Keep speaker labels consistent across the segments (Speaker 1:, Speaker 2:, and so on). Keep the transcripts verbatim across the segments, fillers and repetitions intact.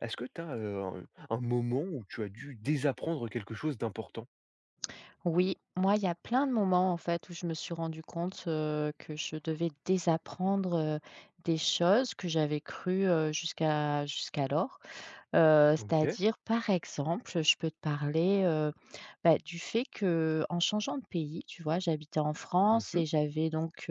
Speaker 1: Est-ce que tu as un un moment où tu as dû désapprendre quelque chose d'important?
Speaker 2: Oui, moi, il y a plein de moments en fait où je me suis rendu compte, heu, que je devais désapprendre, heu, des choses que j'avais cru, heu, jusqu'à jusqu'alors. Heu,
Speaker 1: OK.
Speaker 2: c'est-à-dire par exemple, je peux te parler, heu, bah, du fait que en changeant de pays, tu vois? J'habitais en France
Speaker 1: Mmh.
Speaker 2: et j'avais donc,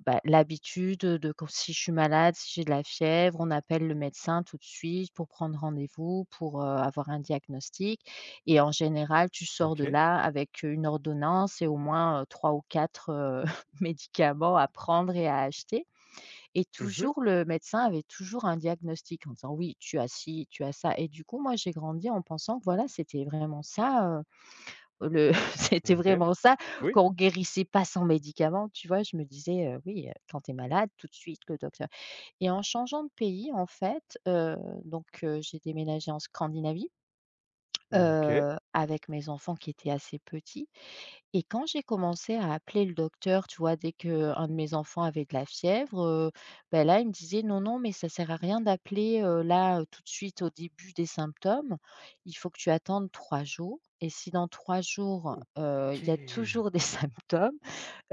Speaker 2: bah, l'habitude, de quand si je suis malade, si j'ai de la fièvre, on appelle le médecin tout de suite pour prendre rendez-vous, pour, heu, avoir un diagnostic et en général, tu sors de
Speaker 1: OK.
Speaker 2: là avec, une ordonnance et au moins, heu, trois ou quatre heu, médicaments à prendre et à acheter et
Speaker 1: Mmh.
Speaker 2: toujours le médecin avait toujours un diagnostic en disant: «Oui, tu as ci, tu as ça» et du coup, moi, j'ai grandi en pensant que, voilà, c'était vraiment ça, le c'était
Speaker 1: OK.
Speaker 2: vraiment ça,
Speaker 1: Oui.
Speaker 2: qu'on guérissait pas sans médicaments, tu vois? Je me disais, heu: «Oui, heu, quand tu es malade, tout de suite le docteur» et en changeant de pays, en fait, heu, donc heu, j'ai déménagé en Scandinavie,
Speaker 1: Mmh, OK.
Speaker 2: heu, avec mes enfants qui étaient assez petits et quand j'ai commencé à appeler le docteur, tu vois, dès qu'un de mes enfants avait de la fièvre, heu, bah, là, il me disait: «Non, non, mais ça sert à rien d'appeler, heu, là, heu, tout de suite au début des symptômes. Il faut que tu attendes trois jours et si dans trois jours, heu, il y a
Speaker 1: OK.
Speaker 2: toujours des symptômes,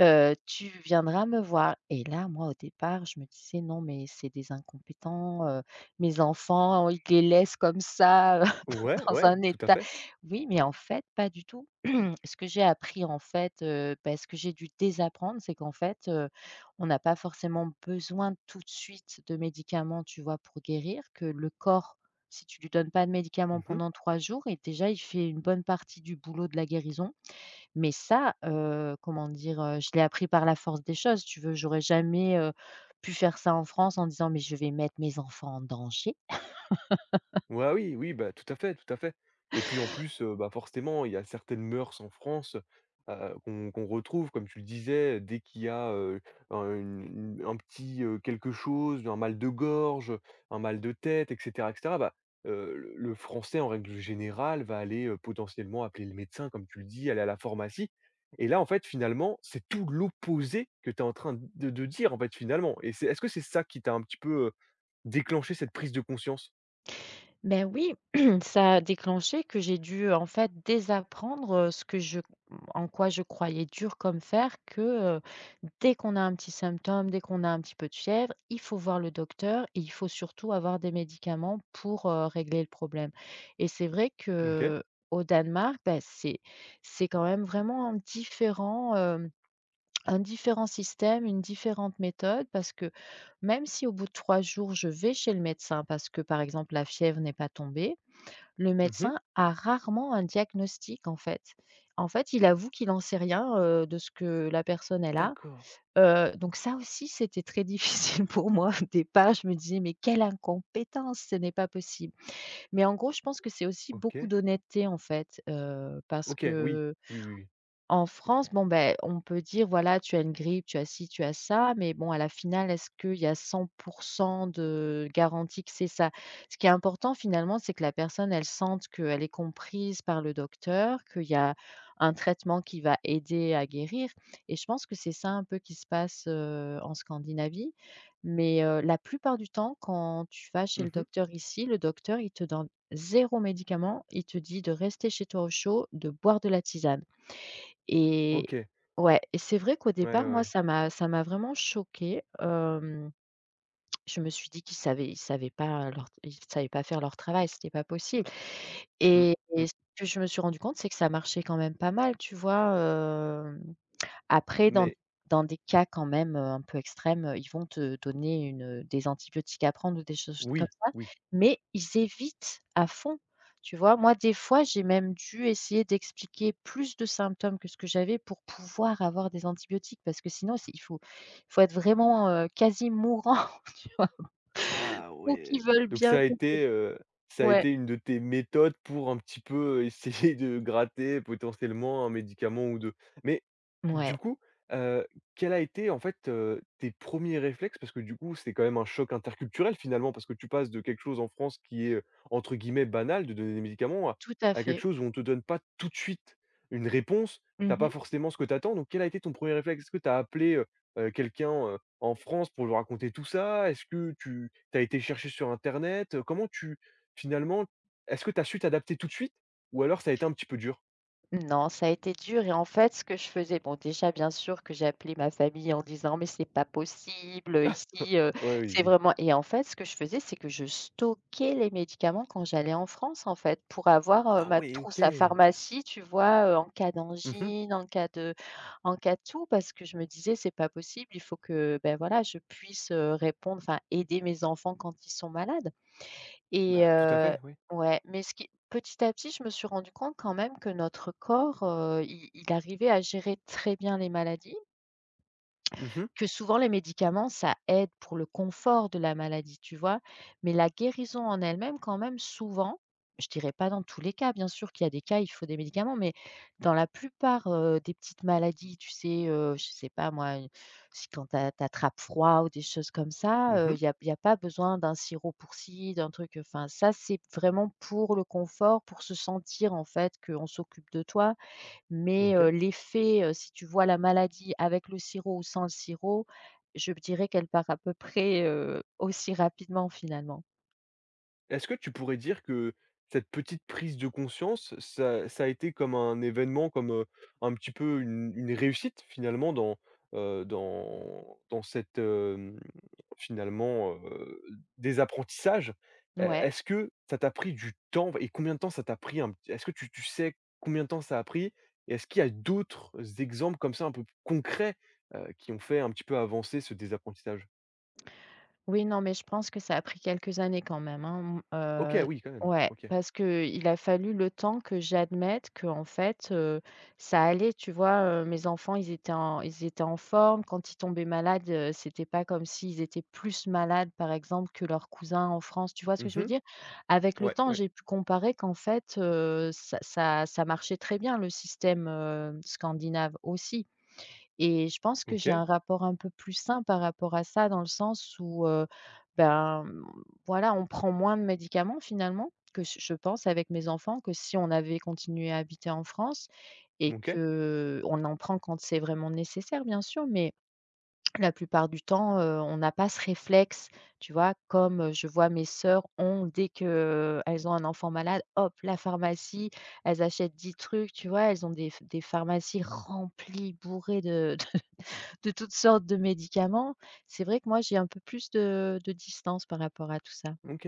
Speaker 2: heu, tu viendras me voir» et là, moi, au départ, je me disais: «Non, mais c'est des incompétents, heu, mes enfants, ils les laissent comme ça,
Speaker 1: Ouais,
Speaker 2: dans
Speaker 1: ouais,
Speaker 2: un
Speaker 1: tout à
Speaker 2: état.
Speaker 1: fait.
Speaker 2: Oui, mais en fait, pas du tout.» Ce que j'ai appris en fait, heu, bah, ce que j'ai dû désapprendre, c'est qu'en fait, heu, on n'a pas forcément besoin tout de suite de médicaments, tu vois, pour guérir, que le corps, si tu lui donnes pas de médicaments
Speaker 1: Mmh.
Speaker 2: pendant trois jours et déjà il fait une bonne partie du boulot de la guérison. Mais ça, heu, comment dire? Heu, je l'ai appris par la force des choses, si tu veux. J'aurais jamais, heu, pu faire ça en France en disant: «Mais je vais mettre mes enfants en danger».
Speaker 1: Ouais, oui, oui, bah, tout à fait, tout à fait. Et puis en plus, heu, bah, forcément, il y a certaines mœurs en France, heu, qu'on qu'on retrouve, comme tu le disais, dès qu'il y a, heu, un une un petit, heu, quelque chose, un mal de gorge, un mal de tête et cetera et cetera, bah, heu, le le français, en règle générale, va aller, heu, potentiellement appeler le médecin, comme tu le dis, aller à la pharmacie et là, en fait, finalement, c'est tout l'opposé que tu es en train de de dire, en fait, finalement et c'est est-ce que c'est ça qui t'a un petit peu, heu, déclenché cette prise de conscience?
Speaker 2: Ben oui, ça a déclenché que j'ai dû, en fait, désapprendre, heu, ce que je en quoi je croyais dur comme fer que, heu, dès qu'on a un petit symptôme, dès qu'on a un petit peu de fièvre, il faut voir le docteur et il faut surtout avoir des médicaments pour, heu, régler le problème et c'est vrai
Speaker 1: OK.
Speaker 2: que au Danemark, bah, c'est c'est quand même vraiment différent, un différent système, une différente méthode parce que même si au bout de trois jours, je vais chez le médecin parce que, par exemple, la fièvre n'est pas tombée, le
Speaker 1: Mmh.
Speaker 2: médecin a rarement un diagnostic, en fait. En fait, il avoue qu'il en sait rien, heu, de ce que la personne elle a,
Speaker 1: D'accord,
Speaker 2: heu, donc ça aussi, c'était très difficile pour moi. Au départ, je me disais: «Mais quelle incompétence, ce n'est pas possible». Mais en gros, je pense que c'est aussi beaucoup
Speaker 1: OK.
Speaker 2: d'honnêteté, en fait, heu, parce
Speaker 1: OK, oui,
Speaker 2: que
Speaker 1: oui, oui, oui.
Speaker 2: en France, bon, ben, on peut dire, voilà, tu as une grippe, tu as ci, tu as ça, mais bon, à la finale, est-ce qu'il y a cent de garantie que c'est ça? Ce qui est important finalement, c'est que la personne, elle sente qu'elle est comprise par le docteur, qu'il y a un traitement qui va aider à guérir et je pense que c'est ça un peu qui se passe, heu, en Scandinavie. Mais, heu, la plupart du temps, quand tu vas chez le
Speaker 1: Mmh.
Speaker 2: docteur ici, le docteur, il te donne zéro médicament, il te dit de rester chez toi au chaud, de boire de la tisane. Et
Speaker 1: OK. Ouais,
Speaker 2: ouais et c'est vrai qu'au
Speaker 1: ouais,
Speaker 2: départ, moi,
Speaker 1: ouais.
Speaker 2: ça m'a ça m'a vraiment choquée, hem, je me suis dit qu'ils savaient ils savaient pas leur ils savaient pas faire leur travail, c'était pas possible
Speaker 1: Mmh,
Speaker 2: et et
Speaker 1: mmh.
Speaker 2: ce que je me suis rendu compte, c'est que ça marchait quand même pas mal, tu vois? Hem après, dans
Speaker 1: Mais
Speaker 2: dans des cas quand même, heu, un peu extrêmes, heu, ils vont te donner une, des antibiotiques à prendre ou des choses comme
Speaker 1: oui,
Speaker 2: ça,
Speaker 1: oui.
Speaker 2: mais ils évitent à fond, tu vois? Moi, des fois, j'ai même dû essayer d'expliquer plus de symptômes que ce que j'avais pour pouvoir avoir des antibiotiques parce que sinon c'est il faut il faut être vraiment, heu, quasi mourant
Speaker 1: Ah
Speaker 2: pour
Speaker 1: ouais.
Speaker 2: qu'ils veulent
Speaker 1: Donc
Speaker 2: bien.
Speaker 1: ça a été, heu, ça a
Speaker 2: Ouais,
Speaker 1: été une de tes méthodes pour un petit peu, essayer de gratter potentiellement un médicament ou deux. Mais
Speaker 2: ouais,
Speaker 1: du coup, heu, quel a été en fait, heu, tes premiers réflexes? Parce que du coup, c'est quand même un choc interculturel finalement, parce que tu passes de quelque chose en France qui est, heu, entre guillemets «banal» de donner des médicaments à
Speaker 2: tout à
Speaker 1: à quelque
Speaker 2: fait.
Speaker 1: chose où on te donne pas tout de suite une réponse. T'as pas
Speaker 2: Mmh.
Speaker 1: forcément ce que t'attends. donc quel a été ton premier réflexe? Est-ce que t'as appelé, heu heu, quelqu'un, heu, en France pour lui raconter tout ça? Est-ce que tu tu as été chercher sur internet, heu, comment tu finalement, est-ce que tu as su t'adapter tout de suite ou alors ça a été un petit peu dur?
Speaker 2: Non, ça a été dur et en fait, ce que je faisais bon, déjà, bien sûr que j'appelais ma famille en disant: «Mais c'est pas possible, heu, ici, heu,
Speaker 1: Ouais, oui,
Speaker 2: c'est
Speaker 1: oui.
Speaker 2: vraiment» et en fait, ce que je faisais, c'est que je stockais les médicaments quand j'allais en France, en fait, pour avoir, heu,
Speaker 1: Ah
Speaker 2: ma
Speaker 1: oui, OK.
Speaker 2: trousse à pharmacie, tu vois, heu, en cas
Speaker 1: Mmh.
Speaker 2: d'angine, en cas de en cas de tout, parce que je me disais: «C'est pas possible, il faut que, ben voilà, je puisse, heu, répondre, enfin, aider mes enfants quand ils sont malades». Et
Speaker 1: Bah, tout à
Speaker 2: heu
Speaker 1: fait, oui.
Speaker 2: ouais, mais ce qui petit à petit, je me suis rendu compte quand même que notre corps, heu, il il arrivait à gérer très bien les maladies
Speaker 1: Mmh mh.
Speaker 2: que souvent les médicaments, ça aide pour le confort de la maladie, tu vois? Mais la guérison en elle-même, quand même, souvent, je dirais pas dans tous les cas, bien sûr qu'il y a des cas, il faut des médicaments, mais dans la plupart, heu, des petites maladies, tu sais, heu, je sais pas moi, heu, si quand tu attrapes froid ou des choses comme ça,
Speaker 1: Mmh.
Speaker 2: il y a y a pas besoin d'un sirop pour ci, d'un truc, enfin, ça, c'est vraiment pour le confort, pour se sentir, en fait, qu'on s'occupe de toi. Mais heu,
Speaker 1: OK.
Speaker 2: l'effet, heu, si tu vois la maladie avec le sirop ou sans le sirop, je dirais qu'elle part à peu près, heu, aussi rapidement finalement.
Speaker 1: Est-ce que tu pourrais dire que cette petite prise de conscience, ça ça a été comme un événement, comme, heu, un petit peu une une réussite finalement dans, heu, dans dans cette, hem, finalement, heu, des apprentissages? E
Speaker 2: Ouais.
Speaker 1: est-ce que ça t'a pris du temps et combien de temps ça t'a pris, un p est-ce que tu tu sais combien de temps ça a pris? Et est-ce qu'il y a d'autres exemples comme ça un peu plus concrets, heu, qui ont fait un petit peu avancer ce désapprentissage?
Speaker 2: Oui, non, mais je pense que ça a pris quelques années quand même, hein,
Speaker 1: OK,
Speaker 2: m
Speaker 1: oui quand même.
Speaker 2: ouais,
Speaker 1: OK.
Speaker 2: parce que il a fallu le temps que j'admette que en fait, heu, ça allait, tu vois? Heu, mes enfants, ils étaient en ils étaient en forme. Quand ils tombaient malades, heu, c'était pas comme s'ils étaient plus malades, par exemple, que leurs cousins en France, tu vois ce que je veux
Speaker 1: Mmh.
Speaker 2: dire? Avec le
Speaker 1: Ouais,
Speaker 2: temps,
Speaker 1: ouais.
Speaker 2: j'ai pu comparer qu'en fait, heu, ça ça ça marchait très bien le système, heu, scandinave aussi. Et je pense que j'ai
Speaker 1: OK,
Speaker 2: un rapport un peu plus sain par rapport à ça, dans le sens où, heu, ben, mmh, voilà, on prend moins de médicaments finalement que je je pense avec mes enfants que si on avait continué à habiter en France et
Speaker 1: OK.
Speaker 2: que on en prend quand c'est vraiment nécessaire bien sûr, mais la plupart du temps, heu, on n'a pas ce réflexe, tu vois? Comme, heu, je vois mes sœurs ont dès que elles ont un enfant malade, hop, la pharmacie, elles achètent dix trucs, tu vois? Elles ont des des pharmacies remplies, bourrées de de toutes sortes de médicaments. C'est vrai que moi, j'ai un peu plus de de distance par rapport à tout ça.
Speaker 1: OK.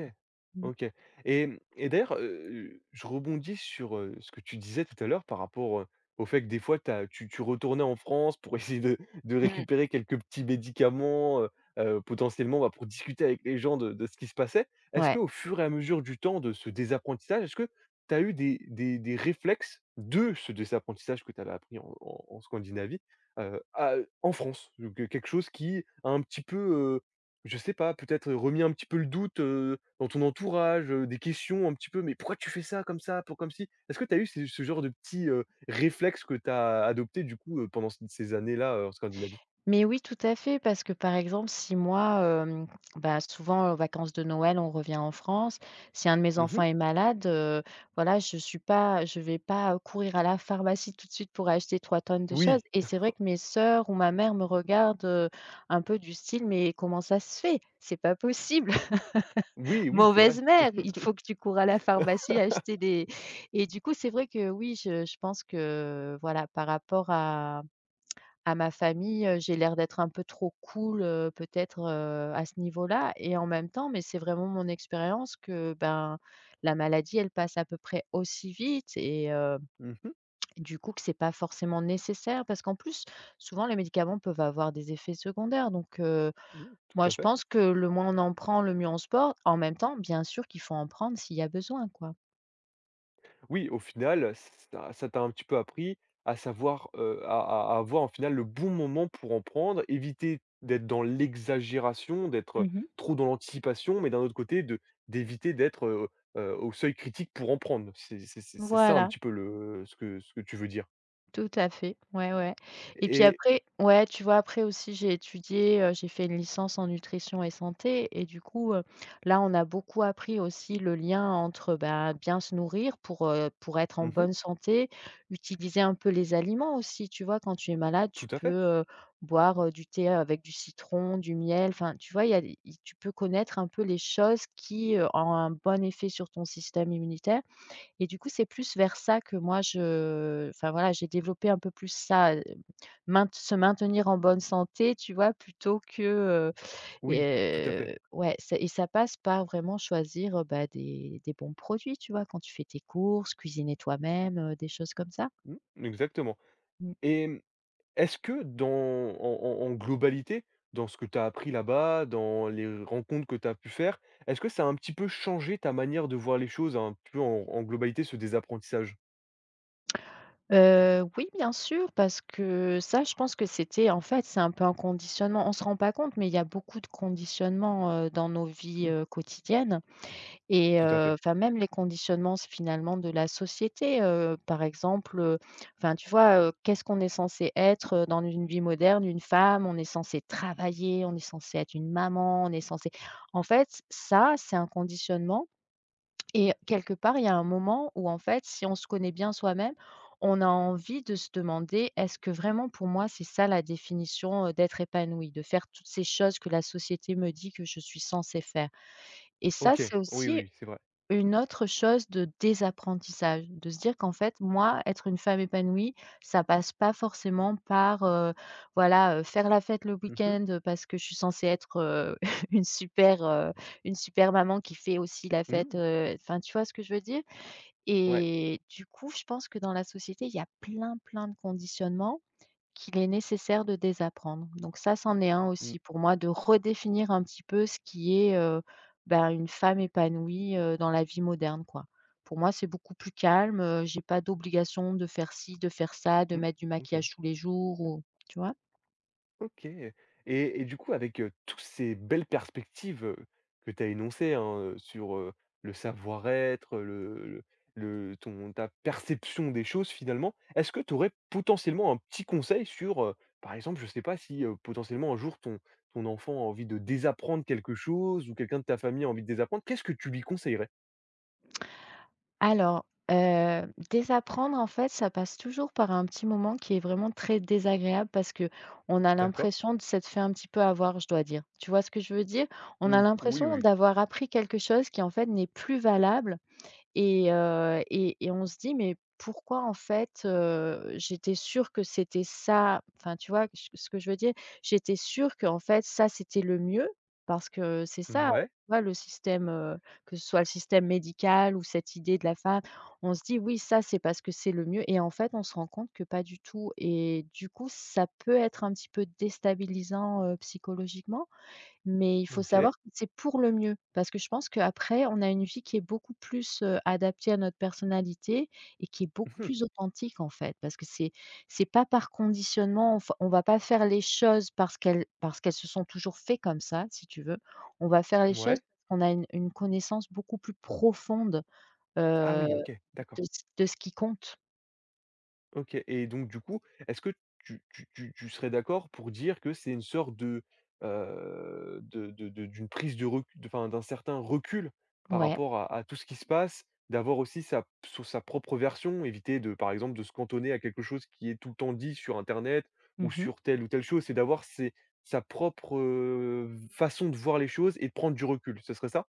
Speaker 2: Mmh.
Speaker 1: OK. Et mmh et d'ailleurs, heu, je rebondis sur, heu, ce que tu disais tout à l'heure par rapport, heu, au fait que des fois t'as, tu tu retournais en France pour essayer de de
Speaker 2: Mmh.
Speaker 1: récupérer quelques petits médicaments, heu heu, potentiellement, bah, pour discuter avec les gens de de ce qui se passait. Est-ce
Speaker 2: Ouais.
Speaker 1: qu'au fur et à mesure du temps de ce désapprentissage, est-ce que tu as eu des des des réflexes de ce désapprentissage que tu avais appris en en en Scandinavie, heu, à en France? Donc, heu, quelque chose qui a un petit peu, je sais pas, peut-être remis un petit peu le doute, heu, dans ton entourage, heu, des questions un petit peu: «Mais pourquoi tu fais ça comme ça? Pour comme si?» est-ce que tu as eu ce ce genre de petits, heu, réflexes que tu as adoptés du coup, heu, pendant ces ces années-là, heu, en Scandinavie?
Speaker 2: Mais oui, tout à fait, parce que, par exemple, si moi, hem, bah, souvent aux vacances de Noël, on revient en France. Si un de mes enfants
Speaker 1: Mmh.
Speaker 2: est malade, heu, voilà, je suis pas je vais pas courir à la pharmacie tout de suite pour acheter trois tonnes de choses
Speaker 1: Oui,
Speaker 2: et c'est vrai que mes sœurs ou ma mère me regardent, heu, un peu du style: «Mais comment ça se fait? C'est pas possible!»
Speaker 1: oui, oui, c'est
Speaker 2: Mauvaise
Speaker 1: vrai.
Speaker 2: mère, il faut que tu cours à la pharmacie acheter des et du coup, c'est vrai que oui, je je pense que voilà, par rapport à à ma famille, heu, j'ai l'air d'être un peu trop cool, heu, peut-être, heu, à ce niveau-là et en même temps, mais c'est vraiment mon expérience que, ben, la maladie, elle passe à peu près aussi vite et heu,
Speaker 1: Mmh mh.
Speaker 2: du coup, que c'est pas forcément nécessaire parce qu'en plus, souvent les médicaments peuvent avoir des effets secondaires donc heu
Speaker 1: Mmh,
Speaker 2: moi,
Speaker 1: tout à
Speaker 2: je
Speaker 1: fait.
Speaker 2: pense que le moins on en prend, le mieux on se porte. En même temps, bien sûr qu'il faut en prendre s'il y a besoin, quoi.
Speaker 1: Oui, au final, ça ça t'a un petit peu appris à savoir, heu, à à à avoir en final le bon moment pour en prendre, éviter d'être dans l'exagération, d'être
Speaker 2: Mmh.
Speaker 1: trop dans l'anticipation, mais d'un autre côté de d'éviter d'être, heu heu, au seuil critique pour en prendre. C'est c'est c'est c'est ça un
Speaker 2: Voilà.
Speaker 1: petit peu le ce que ce que tu veux dire
Speaker 2: Tout à fait, ouais, ouais et puis
Speaker 1: et
Speaker 2: après ouais, tu vois, après aussi j'ai étudié, heu, j'ai fait une licence en nutrition et santé et du coup, heu, là, on a beaucoup appris aussi le lien entre, bah, bien se nourrir pour, heu, pour être en
Speaker 1: mmh
Speaker 2: bonne santé, utiliser un peu les aliments aussi, tu vois? Quand tu es malade, tu
Speaker 1: tout à
Speaker 2: peux,
Speaker 1: fait.
Speaker 2: heu, boire, heu, du thé avec du citron, du miel, enfin, tu vois, il y a des tu peux connaître un peu les choses qui, heu, ont un bon effet sur ton système immunitaire. Et du coup, c'est plus vers ça que moi je enfin voilà, j'ai développé un peu plus ça, heu, maint se maintenir en bonne santé, tu vois? Plutôt que, heu
Speaker 1: Oui, tout à
Speaker 2: heu,
Speaker 1: fait.
Speaker 2: ouais, ça et ça passe par vraiment choisir, heu, bah, des des bons produits, tu vois? Quand tu fais tes courses, cuisiner toi-même, heu, des choses comme ça.
Speaker 1: Mmh, exactement
Speaker 2: Mmh.
Speaker 1: et est-ce que dans en en en globalité, dans ce que tu as appris là-bas, dans les rencontres que tu as pu faire, est-ce que ça a un petit peu changé ta manière de voir les choses, un peu en en globalité, ce désapprentissage?
Speaker 2: Heu, oui, bien sûr, parce que ça, je pense que c'était en fait, c'est un peu un conditionnement. On se rend pas compte, mais il y a beaucoup de conditionnements, heu, dans nos vies,
Speaker 1: Mmh,
Speaker 2: heu, quotidiennes. Et
Speaker 1: tout à
Speaker 2: heu,
Speaker 1: fait.
Speaker 2: enfin même les conditionnements s finalement de la société, heu, par exemple, heu, enfin tu vois, heu, qu'est-ce qu'on est censé être, heu, dans une vie moderne? Une femme, on est censé travailler, on est censé être une maman, on est censé en fait, ça, c'est un conditionnement et quelque part, il y a un moment où en fait, si on se connaît bien soi-même, on a envie de se demander: «Est-ce que vraiment pour moi, c'est ça la définition, heu, d'être épanoui, de faire toutes ces choses que la société me dit que je suis censée faire?» Et ça,
Speaker 1: OK.
Speaker 2: c'est
Speaker 1: Oui,
Speaker 2: aussi
Speaker 1: oui, c'est vrai.
Speaker 2: une autre chose de désapprentissage, de se dire qu'en fait, moi, être une femme épanouie, ça passe pas forcément par, heu, voilà, heu, faire la fête le
Speaker 1: Mmh mh.
Speaker 2: week-end, heu, parce que je suis censée être, heu, une super, heu, une super maman qui fait aussi la fête,
Speaker 1: Mmh.
Speaker 2: heu, enfin, tu vois ce que je veux dire?
Speaker 1: Ouais.
Speaker 2: Et du coup, je pense que dans la société, il y a plein, plein de conditionnements qu'il est nécessaire de désapprendre. Donc ça, c'en est un
Speaker 1: Mmh.
Speaker 2: aussi pour moi, de redéfinir un petit peu ce qui est, heu, bah, une femme épanouie, heu, dans la vie moderne, quoi. Pour moi, c'est beaucoup plus calme, heu, j'ai pas d'obligation de faire ci, de faire ça, de
Speaker 1: Mmh.
Speaker 2: mettre du
Speaker 1: OK.
Speaker 2: maquillage tous les jours ou tu vois?
Speaker 1: OK, et et du coup, avec, heu, tous ces belles perspectives, heu, que tu as énoncées, hein, heu, sur, heu, le savoir-être, le le le- ton ta perception des choses finalement, est-ce que tu aurais potentiellement un petit conseil sur, heu, par exemple, je ne sais pas si, heu, potentiellement un jour ton ton enfant a envie de désapprendre quelque chose ou quelqu'un de ta famille a envie de désapprendre, qu'est-ce que tu lui conseillerais?
Speaker 2: Alors, heu, désapprendre en fait, ça passe toujours par un petit moment qui est vraiment très désagréable parce que on a
Speaker 1: D'accord.
Speaker 2: l'impression de s'être fait un petit peu avoir, je dois dire. Tu vois ce que je veux dire? On a
Speaker 1: Mmh, oui,
Speaker 2: l'impression
Speaker 1: oui.
Speaker 2: d'avoir appris quelque chose qui en fait n'est plus valable et heu et et on se dit: «Mais pourquoi en fait, heu, j'étais sûre que c'était ça?» Enfin tu vois ch ce que je veux dire? J'étais sûre que en fait ça c'était le mieux parce que c'est ça,
Speaker 1: Ouais.
Speaker 2: tu vois le système, heu, que ce soit le système médical ou cette idée de la femme, on se dit: «Oui ça c'est parce que c'est le mieux» et en fait on se rend compte que pas du tout et du coup ça peut être un petit peu déstabilisant, heu, psychologiquement. Mais il faut Mmh.
Speaker 1: OK.
Speaker 2: savoir que c'est pour le mieux, parce que je pense qu'après, on a une vie qui est beaucoup plus, heu, adaptée à notre personnalité et qui est beaucoup
Speaker 1: Mmh mh.
Speaker 2: plus authentique, en fait. Parce que c'est c'est pas par conditionnement, enfin, on va pas faire les choses parce qu'elles parce qu'elles se sont toujours fait comme ça, si tu veux. On va faire les choses parce qu'on a une une connaissance beaucoup plus profonde,
Speaker 1: Ah
Speaker 2: heu,
Speaker 1: oui, OK,
Speaker 2: de
Speaker 1: d'accord.
Speaker 2: ce de ce qui compte.
Speaker 1: OK et donc du coup, est-ce que tu tu tu tu serais d'accord pour dire que c'est une sorte de, heu, de de de d'une prise de recul, enfin, d'un certain recul par
Speaker 2: Ouais.
Speaker 1: rapport à à tout ce qui se passe, d'avoir aussi sa so sa propre version, éviter de par exemple de se cantonner à quelque chose qui est tout le temps dit sur internet ou
Speaker 2: Mmh.
Speaker 1: sur telle ou telle chose, c'est d'avoir ses sa propre, heu, façon de voir les choses et de prendre du recul, ce serait ça?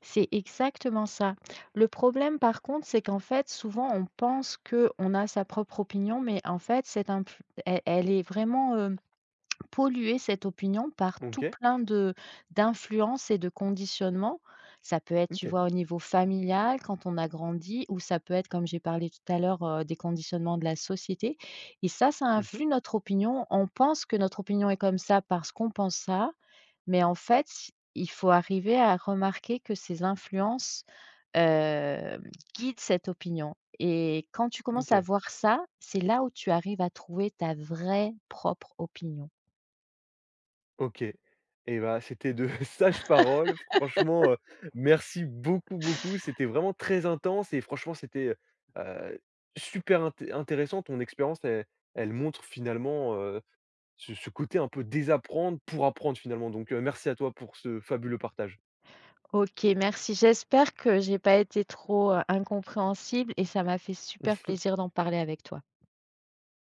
Speaker 2: C'est exactement ça. Le problème, par contre, c'est qu'en fait, souvent, on pense qu'on a sa propre opinion, mais en fait, cette influ- elle, elle est vraiment euh, polluée, cette opinion, par tout
Speaker 1: OK,
Speaker 2: plein de d'influences et de conditionnements. Ça peut être, tu
Speaker 1: OK.
Speaker 2: vois, au niveau familial, quand on a grandi, ou ça peut être, comme j'ai parlé tout à l'heure, euh, des conditionnements de la société. Et ça, ça
Speaker 1: Mmh.
Speaker 2: influe notre opinion. On pense que notre opinion est comme ça parce qu'on pense ça. Mais en fait, il faut arriver à remarquer que ces influences, heu, guident cette opinion et quand tu commences à
Speaker 1: OK.
Speaker 2: voir ça, c'est là où tu arrives à trouver ta vraie propre opinion.
Speaker 1: OK et bah, c'était de sages paroles. Franchement, heu, merci beaucoup, beaucoup. C'était vraiment très intense et franchement, c'était, heu super inté intéressant. Ton expérience, elle elle montre finalement, heu, ce ce côté un peu désapprendre pour apprendre finalement. Donc, heu, merci à toi pour ce fabuleux partage.
Speaker 2: OK, merci. J'espère que j'ai pas été trop, heu, incompréhensible et ça m'a fait super plaisir d'en parler avec toi.